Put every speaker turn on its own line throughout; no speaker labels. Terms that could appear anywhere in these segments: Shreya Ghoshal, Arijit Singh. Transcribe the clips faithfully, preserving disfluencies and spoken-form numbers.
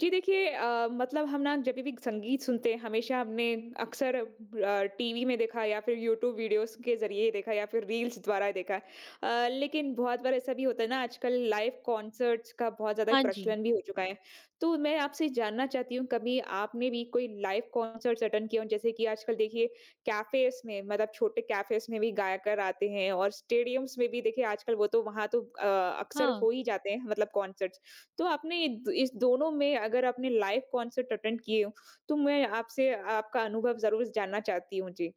जी देखिए अ, मतलब हम ना जब भी संगीत सुनते हैं हमेशा हमने अक्सर टीवी में देखा या फिर यूट्यूब वीडियोस के जरिए देखा या फिर रील्स द्वारा देखा है। अ, लेकिन बहुत बार ऐसा भी होता है ना आजकल लाइव कॉन्सर्ट्स का बहुत ज़्यादा
हाँ जी,
प्रचलन भी हो चुका है तो मैं आपसे जानना चाहती हूँ कभी आपने भी कोई लाइव कॉन्सर्ट्स अटेंड किया हो जैसे कि आजकल देखिए कैफेस में मतलब छोटे कैफेस में भी गायकर आते हैं और स्टेडियम्स में भी देखिए आजकल वो तो वहाँ तो अ, अक्सर
हाँ।
हो ही जाते हैं मतलब कॉन्सर्ट्स। तो आपने ये द इस दोनों में अगर आपने लाइव कॉन्सर्ट अटेंड किए हो, तो मैं आपसे आपका अनुभव ज़रूर जानना चाहती हूँ? जी।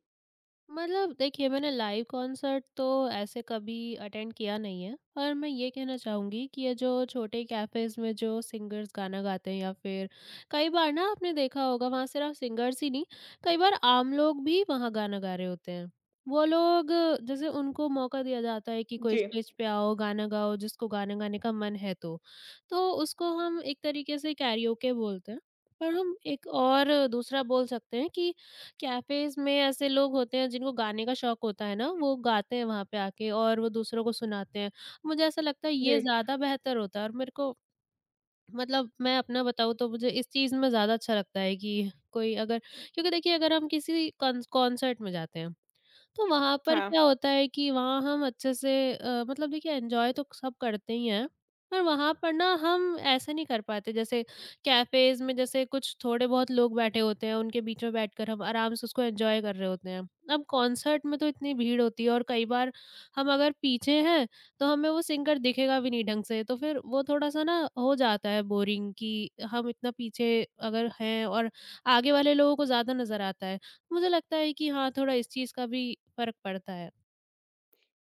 मतलब देखिए, मैंने लाइव कॉन्सर्ट तो ऐसे कभी अटेंड किया नहीं है, पर मैं ये कहना चाहूँगी कि ये जो छोटे कैफ़ेज़ में जो सिंगर्स गाना गाते हैं, या फिर कई बार ना, आपने देखा होगा वहाँ सिर्फ़ सिंगर्स ही नहीं, कई बार आम लोग भी वहाँ गाना गा रहे होते हैं। वो लोग, जैसे उनको मौका दिया जाता है कि कोई
जी।
स्टेज पे आओ, गाना गाओ, जिसको गाना गाने का मन है तो। तो उसको हम एक तरीके से कैरियोके बोलते हैं, पर हम एक और दूसरा बोल सकते हैं कि कैफ़ेज़ में ऐसे लोग होते हैं जिनको गाने का शौक होता है ना, वो गाते हैं वहाँ पे आके और वो दूसरों को सुनाते हैं। मुझे ऐसा लगता है ये
जी।
ज़्यादा बेहतर होता है और मेरे को मतलब मैं अपना बताऊँ तो मुझे इस चीज़ में ज़्यादा अच्छा लगता है कि कोई अगर क्योंकि देखिए, अगर हम किसी कंस कॉन्सर्ट में जाते हैं, तो वहाँ पर
हाँ।
क्या होता है कि वहाँ हम अच्छे से अ, मतलब देखिए, एन्जॉय तो सब करते ही हैं, पर वहाँ पर ना हम ऐसा नहीं कर पाते, जैसे कैफ़ेज़ में जैसे कुछ थोड़े बहुत लोग बैठे होते हैं, उनके बीच में बैठकर हम आराम से उसको एन्जॉय कर रहे होते हैं। अब कॉन्सर्ट में तो इतनी भीड़ होती है, और कई बार हम अगर पीछे हैं, तो हमें वो सिंगर दिखेगा भी नहीं ढंग से, तो फिर वो थोड़ा-सा ना हो जाता है बोरिंग, कि हम इतना पीछे अगर हैं, और आगे वाले लोगों को ज़्यादा नज़र आता है। मुझे लगता है कि हाँ, थोड़ा इस चीज़ का भी फ़र्क पड़ता है।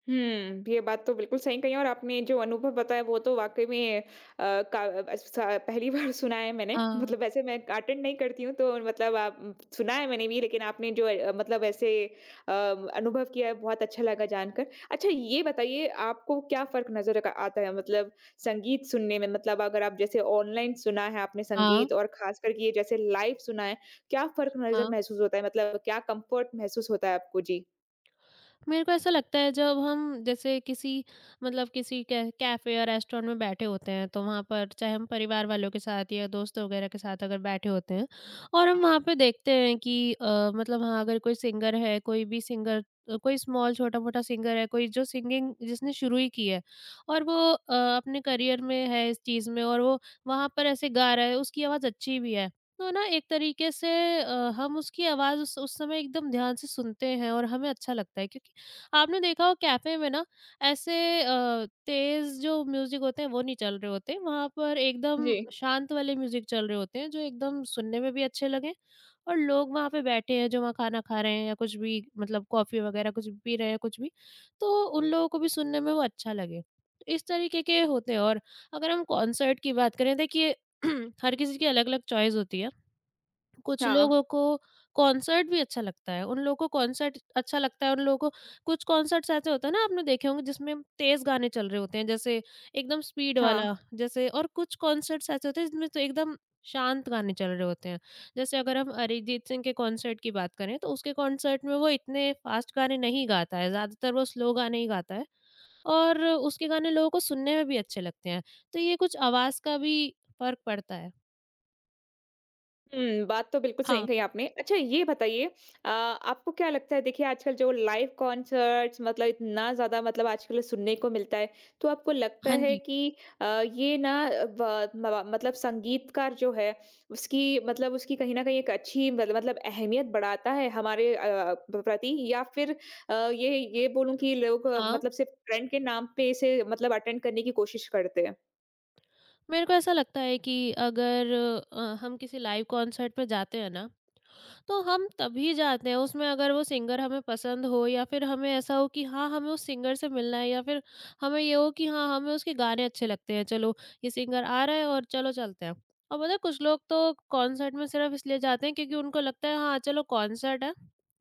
हुँ, ये बात तो बिल्कुल सही कही और आपने जो अनुभव बताया वो तो वाक़ई में अ, का अ, सा पहली बार सुना है मैंने।
हाँ।
मतलब वैसे मैं अटेंड नहीं करती हूँ तो मतलब आप सुना है मैंने भी लेकिन आपने जो अ, मतलब ऐसे अ, अनुभव किया है बहुत अच्छा लगा जानकर। अच्छा ये बताइए आपको क्या फ़र्क नज़र का आता है मतलब संगीत सुनने में? मतलब अगर आप जैसे ऑनलाइन सुना है आपने
हाँ,
संगीत और ख़ासकर कि ये जैसे लाइव सुना है, क्या फ़र्क नज़र
हाँ।
महसूस होता है? मतलब क्या कम्फ़र्ट महसूस होता है आपको? जी।
मेरे को ऐसा लगता है, जब हम जैसे किसी मतलब, किसी कै कैफ़े या रेस्टोरेंट में बैठे होते हैं, तो वहाँ पर चाहे हम परिवार वालों के साथ या दोस्त वगैरह के साथ अगर बैठे होते हैं, और हम वहाँ पे देखते हैं कि अ, मतलब हाँ, अगर कोई सिंगर है, कोई भी सिंगर, अ, कोई स्मॉल छोटा-मोटा सिंगर है, कोई जो सिंगिंग जिसने शुरू ही की है, और वो अ, अपने करियर में है इस चीज़ में, और वो वहाँ पर ऐसे गा रहा है, उसकी आवाज़ अच्छी भी है। तो ना, एक तरीके से अ, हम उसकी आवाज़ उस उस समय एकदम ध्यान से सुनते हैं, और हमें अच्छा लगता है, क्योंकि आपने देखा हो कैफ़े में ना, ऐसे अ, तेज़ जो म्यूज़िक होते हैं वो नहीं चल रहे होते, वहाँ पर एकदम
जी।
शांत वाले म्यूज़िक चल रहे होते हैं, जो एकदम सुनने में भी अच्छे लगें, और लोग वहाँ पे बैठे हैं जो वहाँ खाना खा रहे हैं, या कुछ भी मतलब कॉफ़ी वग़ैरह कुछ भी पी रहे हैं कुछ भी, तो उन लोगों को भी सुनने में वो अच्छा लगे। तो इस तरीके के होते हैं। और अगर हम कॉन्सर्ट की बात करें, देखिए हर किसी की अलग-अलग चॉइस होती है। कुछ
हाँ,
लोगों को कॉन्सर्ट भी अच्छा लगता है, उन लोगों को कॉन्सर्ट अच्छा लगता है, उन लोगों को। कुछ कॉन्सर्ट्स ऐसे होते हैं ना, आपने देखे होंगे, जिसमें तेज़ गाने चल रहे होते हैं, जैसे एकदम स्पीड
हाँ।
वाला। जैसे और कुछ कॉन्सर्ट्स ऐसे होते हैं जिसमें तो एकदम शांत गाने चल रहे होते हैं। जैसे अगर हम अरिजीत सिंह के कॉन्सर्ट की बात करें, तो उसके कॉन्सर्ट में वो इतने फ़ास्ट गाने नहीं गाता है, ज़्यादातर वो स्लो गाने ही गाता है, और उसके गाने लोगों को सुनने में भी अच्छे लगते हैं। तो ये कुछ आवाज़ का भी फ़र्क पड़ता है।
हुँ, बात तो बिल्कुल सही
हाँ।
कही आपने। अच्छा ये बताइए अ, आपको क्या लगता है देखिए आजकल जो लाइव कॉन्सर्ट्स मतलब इतना ज़्यादा मतलब आजकल सुनने को मिलता है, तो आपको लगता
हाँ
है
जी।
कि अ, ये ना अ, ब म मतलब संगीतकार जो है उसकी मतलब उसकी कहीं न कहीं एक अच्छी मतलब मतलब अहमियत बढ़ाता है हमारे अ, प प्रति या फिर अ, ये ये बोलूँ कि लोग अ,
हाँ।
मतलब सिर्फ़ ट्रेंड के नाम पे इसे मतलब अटेंड करने की कोशिश करते हैं?
मेरे को ऐसा लगता है कि अगर अ, हम किसी लाइव कॉन्सर्ट पे जाते हैं ना, तो हम तभी जाते हैं उसमें, अगर वो सिंगर हमें पसंद हो, या फिर हमें ऐसा हो कि हाँ, हमें उस सिंगर से मिलना है, या फिर हमें ये हो कि हाँ, हमें उसके गाने अच्छे लगते हैं, चलो ये सिंगर आ रहा है और चलो चलते हैं। और पता है, कुछ लोग तो कॉन्सर्ट में सिर्फ़ इसलिए जाते हैं, क्योंकि उनको लगता है हाँ, चलो कॉन्सर्ट है,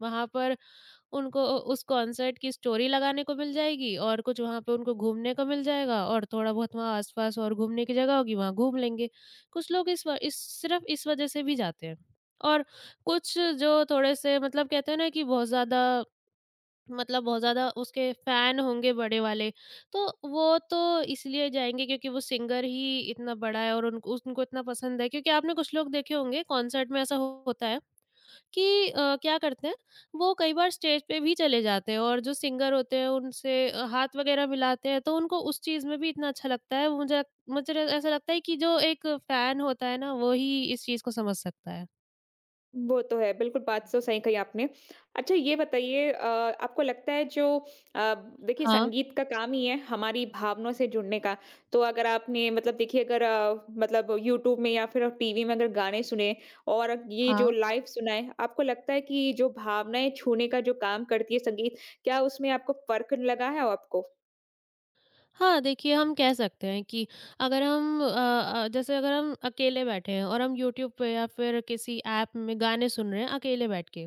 वहाँ पर उनको उ उस कॉन्सर्ट की स्टोरी लगाने को मिल जाएगी, और कुछ वहाँ पे उनको घूमने को मिल जाएगा, और थोड़ा बहुत वहाँ आस-पास और घूमने की जगह होगी, वहाँ घूम लेंगे। कुछ लोग इस व इस सिर्फ़ इस वजह से भी जाते हैं। और कुछ जो थोड़े से मतलब कहते हैं ना, कि बहुत ज़्यादा मतलब बहुत ज़्यादा उसके फ़ैन होंगे बड़े वाले, तो वो तो इसलिए जाएँगे, क्योंकि वो सिंगर ही इतना बड़ा है, और उनको उनको इतना पसंद है, क्योंकि आपने कुछ लोग देखे होंगे कॉन्सर्ट में ऐसा हो- होता है कि अ, क्या करते हैं, वो कई बार स्टेज पे भी चले जाते हैं, और जो सिंगर होते हैं उनसे अ, हाथ वगैरह मिलाते हैं, तो उनको उस चीज़ में भी इतना अच्छा लगता है। मुझे मुझे ऐसा लगता है कि जो एक फ़ैन होता है ना, वो ही इस चीज़ को समझ सकता है।
वो तो है, बिल्कुल बात तो सही कही आपने। अच्छा ये बताइए अ, आपको लगता है जो अ, देखिए
हाँ,
संगीत का काम ही है हमारी भावनाओं से जुड़ने का। तो अगर आपने मतलब देखिए अगर अ, मतलब यूट्यूब में या फिर टीवी में अगर गाने सुने और ये जो
हाँ।
लाइव सुना है, आपको लगता है कि जो भावनाएँ छूने का जो काम करती है संगीत, क्या उसमें आपको फ़र्क लगा है आपको?
हाँ, देखिए, हम कह सकते हैं कि अगर हम अ अ, जैसे अगर हम अकेले बैठे हैं, और हम यूट्यूब पे या फिर किसी ऐप में गाने सुन रहे हैं अकेले बैठ के,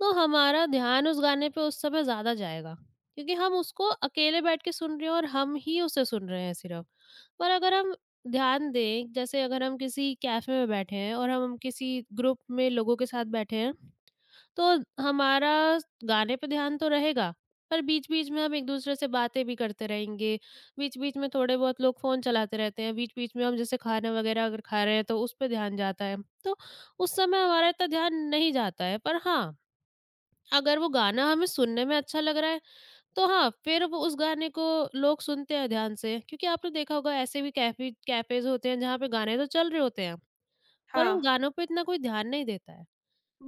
तो हमारा ध्यान उस गाने पे उस समय ज़्यादा जाएगा, क्योंकि हम उसको अकेले बैठ के सुन रहे हैं, और हम ही उसे सुन रहे हैं सिर्फ। पर अगर हम ध्यान दें, जैसे अगर हम किसी कैफ़े में बैठे हैं, और हम किसी ग्रुप में लोगों के साथ बैठे हैं, तो हमारा गाने पे ध्यान तो रहेगा, पर बीच-बीच में हम एक-दूसरे से बातें भी करते रहेंगे। बीच-बीच में थोड़े बहुत लोग फ़ोन चलाते रहते हैं, बीच-बीच में हम जैसे खाना वगैरह अगर खा रहे हैं, तो उस पे ध्यान जाता है। तो उस समय हमारा इतना ध्यान नहीं जाता है, पर हाँ, अगर वो गाना हमें सुनने में अच्छा लग रहा है, तो हाँ, फिर वो उस गाने को लोग सुनते हैं ध्यान से। क्योंकि आपने देखा होगा, ऐसे भी कैफ़ी कैफ़ेज़ होते हैं जहाँ पे गाने तो चल रहे होते हैं, पर
हाँ।
उन गानों पे इतना कोई ध्यान नहीं देता है।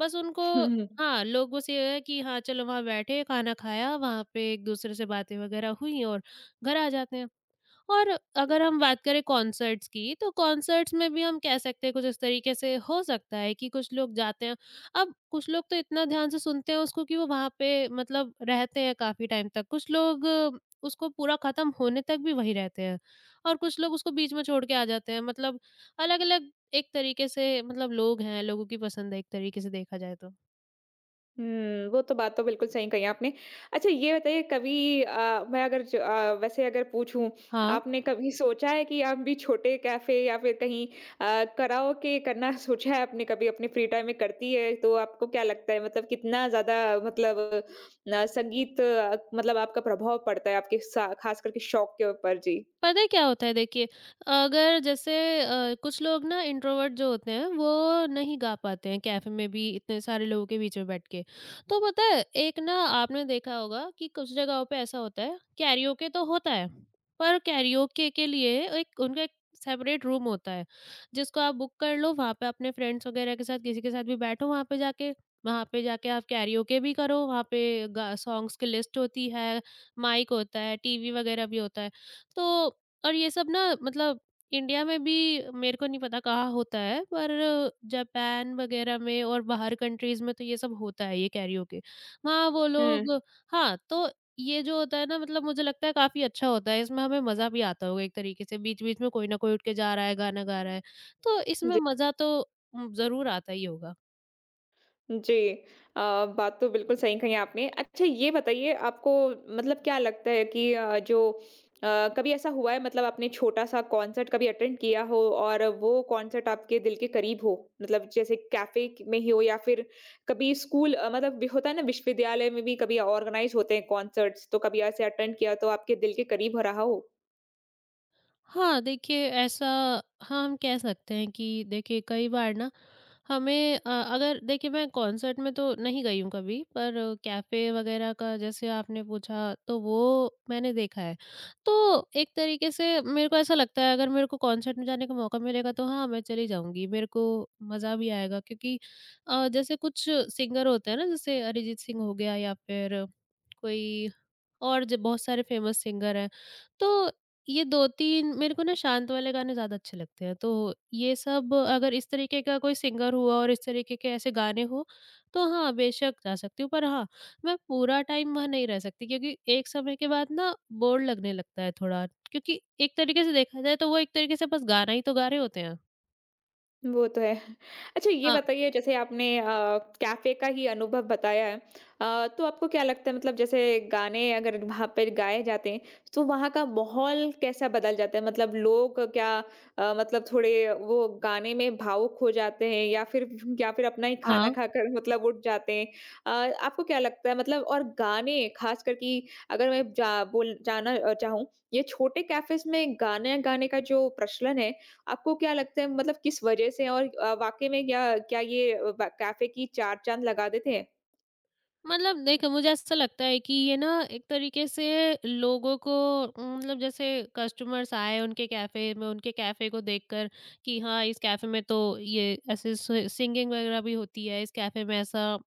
बस उनको
हुँ, हुँ।
हाँ, लोग बस ये है कि हाँ, चलो वहाँ बैठे, खाना खाया, वहाँ पे एक-दूसरे से बातें वगैरह हुई, और घर आ जाते हैं। और अगर हम बात करें कॉन्सर्ट्स की, तो कॉन्सर्ट्स में भी हम कह सकते हैं कुछ इस तरीके से हो सकता है कि कुछ लोग जाते हैं। अब कुछ लोग तो इतना ध्यान से सुनते हैं उसको, कि वो वहाँ पे मतलब रहते हैं काफ़ी टाइम तक। कुछ लोग अ, उसको पूरा ख़त्म होने तक भी वहीं रहते हैं, और कुछ लोग उसको बीच में छोड़ के आ जाते हैं। मतलब अलग-अलग एक तरीके से मतलब लोग हैं, लोगों की पसंद है एक तरीके से देखा जाए तो।
हुँ, वो तो बात तो बिल्कुल सही कही आपने। अच्छा ये बताइए कभी अ, मैं अगर ज अ, वैसे अगर पूछूँ,
हाँ।
आपने कभी सोचा है कि आप भी छोटे कैफ़े या फिर कहीं अ, कराओके करना सोचा है आपने कभी अपने फ्री टाइम में करती है, तो आपको क्या लगता है मतलब कितना ज़्यादा मतलब न संगीत अ, मतलब आपका प्रभाव पड़ता है आपके सा ख़ास करके शौक के ऊपर? जी।
पता है क्या होता है देखिए, अगर जैसे अ, कुछ लोग ना, इंट्रोवर्ट जो होते हैं, वो नहीं गा पाते हैं कैफ़े में भी इतने सारे लोगों के बीच में बैठ के। तो पता है, एक ना, आपने देखा होगा कि कुछ जगहों पे ऐसा होता है, कैरियोके तो होता है, पर कैरियोके के लिए एक उनका एक सेपरेट रूम होता है, जिसको आप बुक कर लो, वहाँ पे अपने फ्रेंड्स वगैरह के साथ किसी के साथ भी बैठो वहाँ पे जाके। वहाँ पे जाके आप कैरियोके भी करो, वहाँ पे गा सॉन्ग्स की लिस्ट होती है, माइक होता है, टीवी वगैरह भी होता है। तो और ये सब ना मतलब, इंडिया में भी मेरे को नहीं पता कहाँ होता है, पर जापान वगैरह में, और बाहर कंट्रीज में तो ये सब होता है, ये कैरियोके। वहाँ वो
हुँ।
लोग हाँ, तो ये जो होता है ना, मतलब मुझे लगता है काफ़ी अच्छा होता है, इसमें हमें मज़ा भी आता होगा, एक तरीके से बीच-बीच में कोई ना कोई उठ के जा रहा है, गाना गा रहा है। तो इसमें मज़ा तो उम, ज़रूर आता ही होगा।
जी। अ, बात तो बिल्कुल सही कही आपने। अच्छा ये बताइए आपको मतलब क्या लगता है कि अ, जो अ, कभी ऐसा हुआ है मतलब आपने छोटा-सा कॉन्सर्ट कभी अटेंड किया हो और वो कॉन्सर्ट आपके दिल के करीब हो? मतलब जैसे कैफ़े क में ही हो या फिर कभी स्कूल अ, मतलब भी होता है ना विश्वविद्यालय में भी कभी ऑर्गनाइज़ होते हैं कॉन्सर्ट्स, तो कभी ऐसे अटेंड किया तो आपके दिल के करीब हो रहा हो?
हाँ, देखिए ऐसा, हाँ, हम कह सकते हैं कि देखिए, कई बार ना, हमें अ, अगर देखिए, मैं कॉन्सर्ट में तो नहीं गई हूँ कभी, पर कैफ़े वग़ैरह का जैसे आपने पूछा, तो वो मैंने देखा है। तो एक तरीके से मेरे को ऐसा लगता है, अगर मेरे को कॉन्सर्ट में जाने का मौका मिलेगा, तो हाँ, मैं चली जाऊँगी। मेरे को मज़ा भी आएगा, क्योंकि अ, जैसे कुछ सिंगर होते हैं ना, जैसे अरिजीत सिंह हो गया, या फिर कोई और ज बहुत सारे फेमस सिंगर हैं। तो ये दो तीन, मेरे को ना शांत वाले गाने ज़्यादा अच्छे लगते हैं। तो ये सब अगर इस तरीके का कोई सिंगर हुआ, और इस तरीके के ऐसे गाने हो, तो हाँ, बेशक जा सकती हूँ। पर हाँ, मैं पूरा टाइम वहाँ नहीं रह सकती, क्योंकि एक समय के बाद ना बोर लगने लगता है थोड़ा। क्योंकि एक तरीके से देखा जाए तो वो एक तरीके से बस गाना ही तो गा रहे होते हैं।
वो तो है। अच्छा ये
हाँ।
बताइए जैसे आपने अ, कैफ़े का ही अनुभव बताया है। अ, तो आपको क्या लगता है मतलब जैसे गाने अगर वहाँ पे गाए जाते हैं, तो वहाँ का माहौल कैसा बदल जाता है? मतलब लोग क्या अ, मतलब थोड़े वो गाने में भावुक हो जाते हैं या फिर या फिर अपना ही खाना
हाँ,
खाकर मतलब उठ जाते हैं? अ, आपको क्या लगता है मतलब और गाने ख़ासकर कि अगर मैं जा बोल जाना अ, चाहूँ, ये छोटे कैफ़ेज़ में गाने गाने का जो प्रचलन है, आपको क्या लगता है मतलब किस वजह से और अ, वाक़ई में क्या क्या ये अ, ब कैफ़े की चार चाँद लगा देते हैं?
मतलब देखो, मुझे ऐसा लगता है कि ये ना एक तरीके से लोगों को उम, मतलब जैसे कस्टमर्स आए उनके कैफ़े में, उनके कैफ़े को देखकर कि हाँ, इस कैफ़े में तो ये ऐसे स सिंगिंग वगैरह भी होती है, इस कैफ़े में ऐसा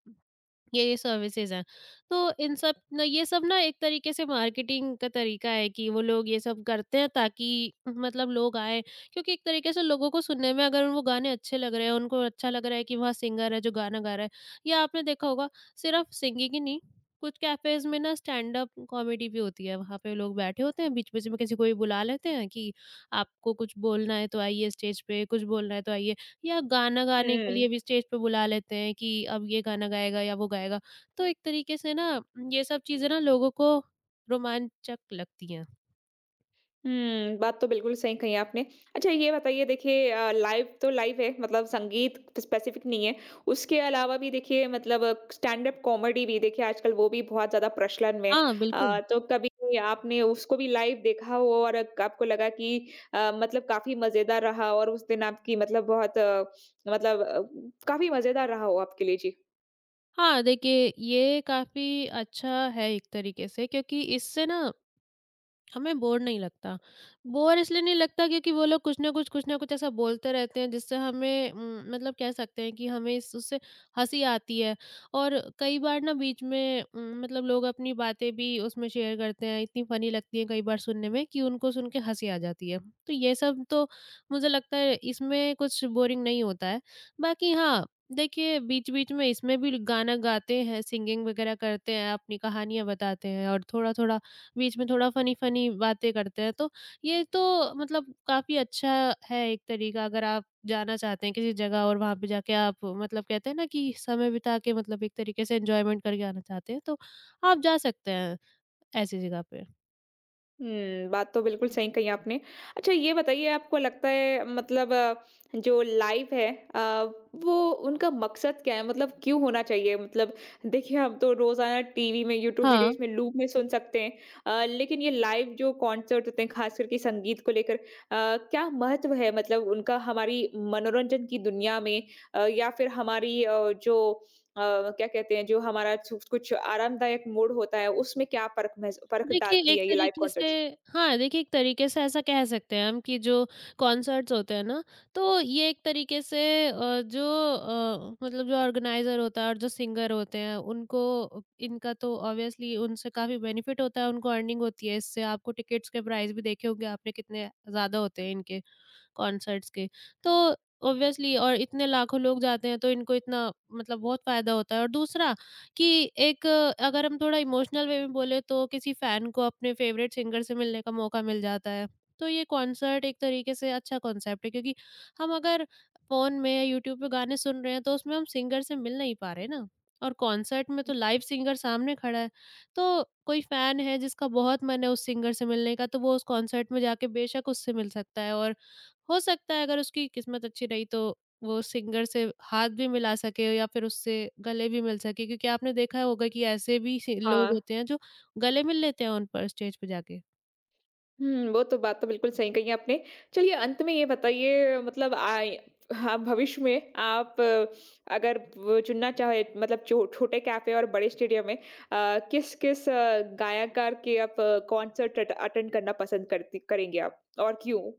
ये सर्विसेज हैं। तो इन सब ना, ये सब ना एक तरीके से मार्केटिंग का तरीका है कि वो लोग ये सब करते हैं ताकि मतलब लोग आएँ। क्योंकि एक तरीके से लोगों को सुनने में अगर वो गाने अच्छे लग रहे हैं, उनको अच्छा लग रहा है कि वहाँ सिंगर है जो गाना गा रहा है। या आपने देखा होगा, सिर्फ़ सिंगिंग ही नहीं, कुछ कैफ़ेज़ में ना स्टैंड अप कॉमेडी भी होती है। वहाँ पे लोग बैठे होते हैं, बीच-बीच में किसी को भी बुला लेते हैं कि आपको कुछ बोलना है तो आइए स्टेज पे, कुछ बोलना है तो आइए। या गाना गाने के
हुँ,
लिए भी स्टेज पे बुला लेते हैं कि अब ये गाना गाएगा या वो गाएगा। तो एक तरीके से ना, ये सब चीज़ें ना लोगों को रोमांचक लगती हैं।
हुँ, बात तो बिल्कुल सही कही आपने। अच्छा ये बताइए देखिए अ, लाइव तो लाइव है मतलब संगीत स्पेसिफ़िक नहीं है। उसके अलावा भी देखिए मतलब स्टैंड अप कॉमेडी भी देखिए आजकल वो भी बहुत ज़्यादा प्रचलन में है।
हाँ, बिल्कुल।
अ, तो कभी आपने उसको भी लाइव देखा हो और अ- आपको लगा कि अ, मतलब काफ़ी मज़ेदार रहा और उस दिन आपकी मतलब बहुत अ, मतलब अ, काफ़ी मज़ेदार रहा हो आपके लिए? जी।
हाँ, देखिए ये काफ़ी अच्छा है एक तरीके से, क्योंकि इससे ना हमें बोर नहीं लगता। बोर इसलिए नहीं लगता क्योंकि वो लोग कुछ न कुछ, कुछ न कुछ ऐसा बोलते रहते हैं जिससे हमें उम, मतलब कह सकते हैं कि हमें इस उससे हँसी आती है। और कई बार ना बीच में उम, मतलब लोग अपनी बातें भी उसमें शेयर करते हैं, इतनी फ़नी लगती हैं कई बार सुनने में कि उनको सुन के हँसी आ जाती है। तो ये सब तो मुझे लगता है इसमें कुछ बोरिंग नहीं होता है। बाकी हाँ, देखिए बीच-बीच में इसमें भी गाना गाते हैं, सिंगिंग वग़ैरह करते हैं, अपनी कहानियाँ बताते हैं और थोड़ा-थोड़ा बीच में थोड़ा फनी-फनी बातें करते हैं, तो ये तो मतलब काफ़ी अच्छा है एक तरीका। अगर आप जाना चाहते हैं किसी जगह और वहाँ पे जाके आप मतलब कहते हैं ना कि समय बिता के मतलब एक तरीके से एन्जॉयमेंट करके आना चाहते हैं, तो आप जा सकते हैं ऐसी जगह पे।
हुँ, बात तो बिल्कुल सही कही आपने। अच्छा ये बताइए आपको लगता है मतलब अ, जो लाइफ़ है अ, वो उनका मकसद क्या है? मतलब क्यों होना चाहिए? मतलब देखिए हम तो रोज़ाना टीवी में, यूट्यूब
हाँ।
वीडियोज़ में लूप में सुन सकते हैं। अ, लेकिन ये लाइव जो कॉन्सर्ट होते हैं ख़ास करके संगीत को लेकर अ, क्या महत्व है मतलब उनका हमारी मनोरंजन की दुनिया में अ, या फिर हमारी अ, जो अ, क्या कहते हैं जो हमारा सु कुछ आरामदायक मूड होता है उसमें क्या फ़र्क महस फ़र्क
देखिए,
डालती
एक
है ये लाइव
तरीके से
कॉन्सर्ट्स?
हाँ, देखिए, एक तरीके से ऐसा कह सकते हैं हम कि जो कॉन्सर्ट्स होते हैं ना, तो ये एक तरीके से अ, जो अ, मतलब जो ऑर्गनाइज़र होता है और जो सिंगर होते हैं, उनको, इनका तो ऑब्वियसली उनसे काफ़ी बेनिफिट होता है, उनको अर्निंग होती है इससे। आपको टिकट्स के प्राइस भी देखे होंगे आपने कितने ज़्यादा होते हैं इनके। कॉन्सर्ट्स के। तो ऑब्वियसली और इतने लाखों लोग जाते हैं तो इनको इतना मतलब बहुत फ़ायदा होता है। और दूसरा कि एक अ, अगर हम थोड़ा इमोशनल वे में बोले तो किसी फ़ैन को अपने फ़ेवरेट सिंगर से मिलने का मौका मिल जाता है। तो ये कॉन्सर्ट एक तरीके से अच्छा कॉन्सेप्ट है क्योंकि हम अगर फ़ोन में या यूट्यूब पे गाने सुन रहे हैं तो उसमें हम सिंगर से मिल नहीं पा रहे ना, और कॉन्सर्ट में तो लाइव सिंगर सामने खड़ा है। तो कोई फ़ैन है जिसका बहुत मन है उस सिंगर से मिलने का तो वो उस कॉन्सर्ट में जाके बेशक उससे मिल सकता है। और हो सकता है अगर उसकी किस्मत अच्छी रही तो वो सिंगर से हाथ भी मिला सके या फिर उससे गले भी मिल सके, क्योंकि आपने देखा होगा कि ऐसे भी सि- लोग
हाँ।
होते हैं जो गले मिल लेते हैं उन पर स्टेज पे जाके।
हुँ, वो तो बात तो बिल्कुल सही कही आपने। चलिए अंत में ये बताइए मतलब आय हाँ, भविष्य में आप अ, अगर व चुनना चाहे मतलब चो छोटे कैफ़े और बड़े स्टेडियम में आ, किस किस अ, किस-किस गायककार के आप कॉन्सर्ट अट अटेंड करना पसंद करती करेंगे आप और क्यों?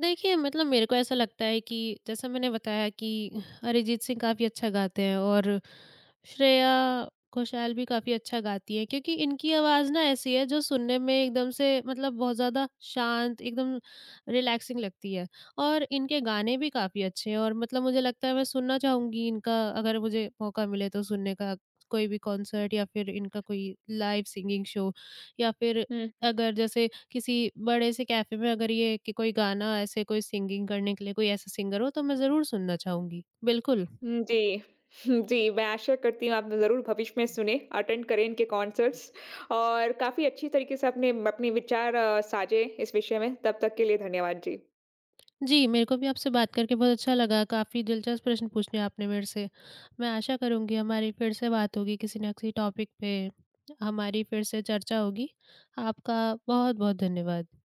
देखिए, मतलब मेरे को ऐसा लगता है कि जैसा मैंने बताया कि अरिजीत सिंह काफ़ी अच्छा गाते हैं और श्रेया घोषाल भी काफ़ी अच्छा गाती हैं, क्योंकि इनकी आवाज़ ना ऐसी है जो सुनने में एकदम से मतलब बहुत ज़्यादा शांत, एकदम रिलैक्सिंग लगती है। और इनके गाने भी काफ़ी अच्छे हैं और मतलब मुझे लगता है मैं सुनना चाहूँगी इनका, अगर मुझे मौका मिले तो सुनने का कोई भी कॉन्सर्ट या फिर इनका कोई लाइव सिंगिंग शो, या फिर
हुँ,
अगर जैसे किसी बड़े से कैफ़े में अगर ये कि कोई गाना ऐसे कोई सिंगिंग करने के लिए कोई ऐसा सिंगर हो, तो मैं ज़रूर सुनना चाहूँगी। बिल्कुल।
हुँ, जी। हम्म, जी, मैं आशा करती हूँ आप ज़रूर भविष्य में सुने, अटेंड करें इनके कॉन्सर्ट्स और काफ़ी अच्छी तरीके से आपने अपने विचार अ, साझे इस विषय में। तब तक के लिए धन्यवाद। जी।
जी, मेरे को भी आपसे बात करके बहुत अच्छा लगा, काफ़ी दिलचस्प प्रश्न पूछे आपने मेरे से। मैं आशा करूँगी हमारी फिर से बात होगी किसी ना किसी टॉपिक पे, हमारी फिर से चर्चा होगी। आपका बहुत-बहुत धन्यवाद।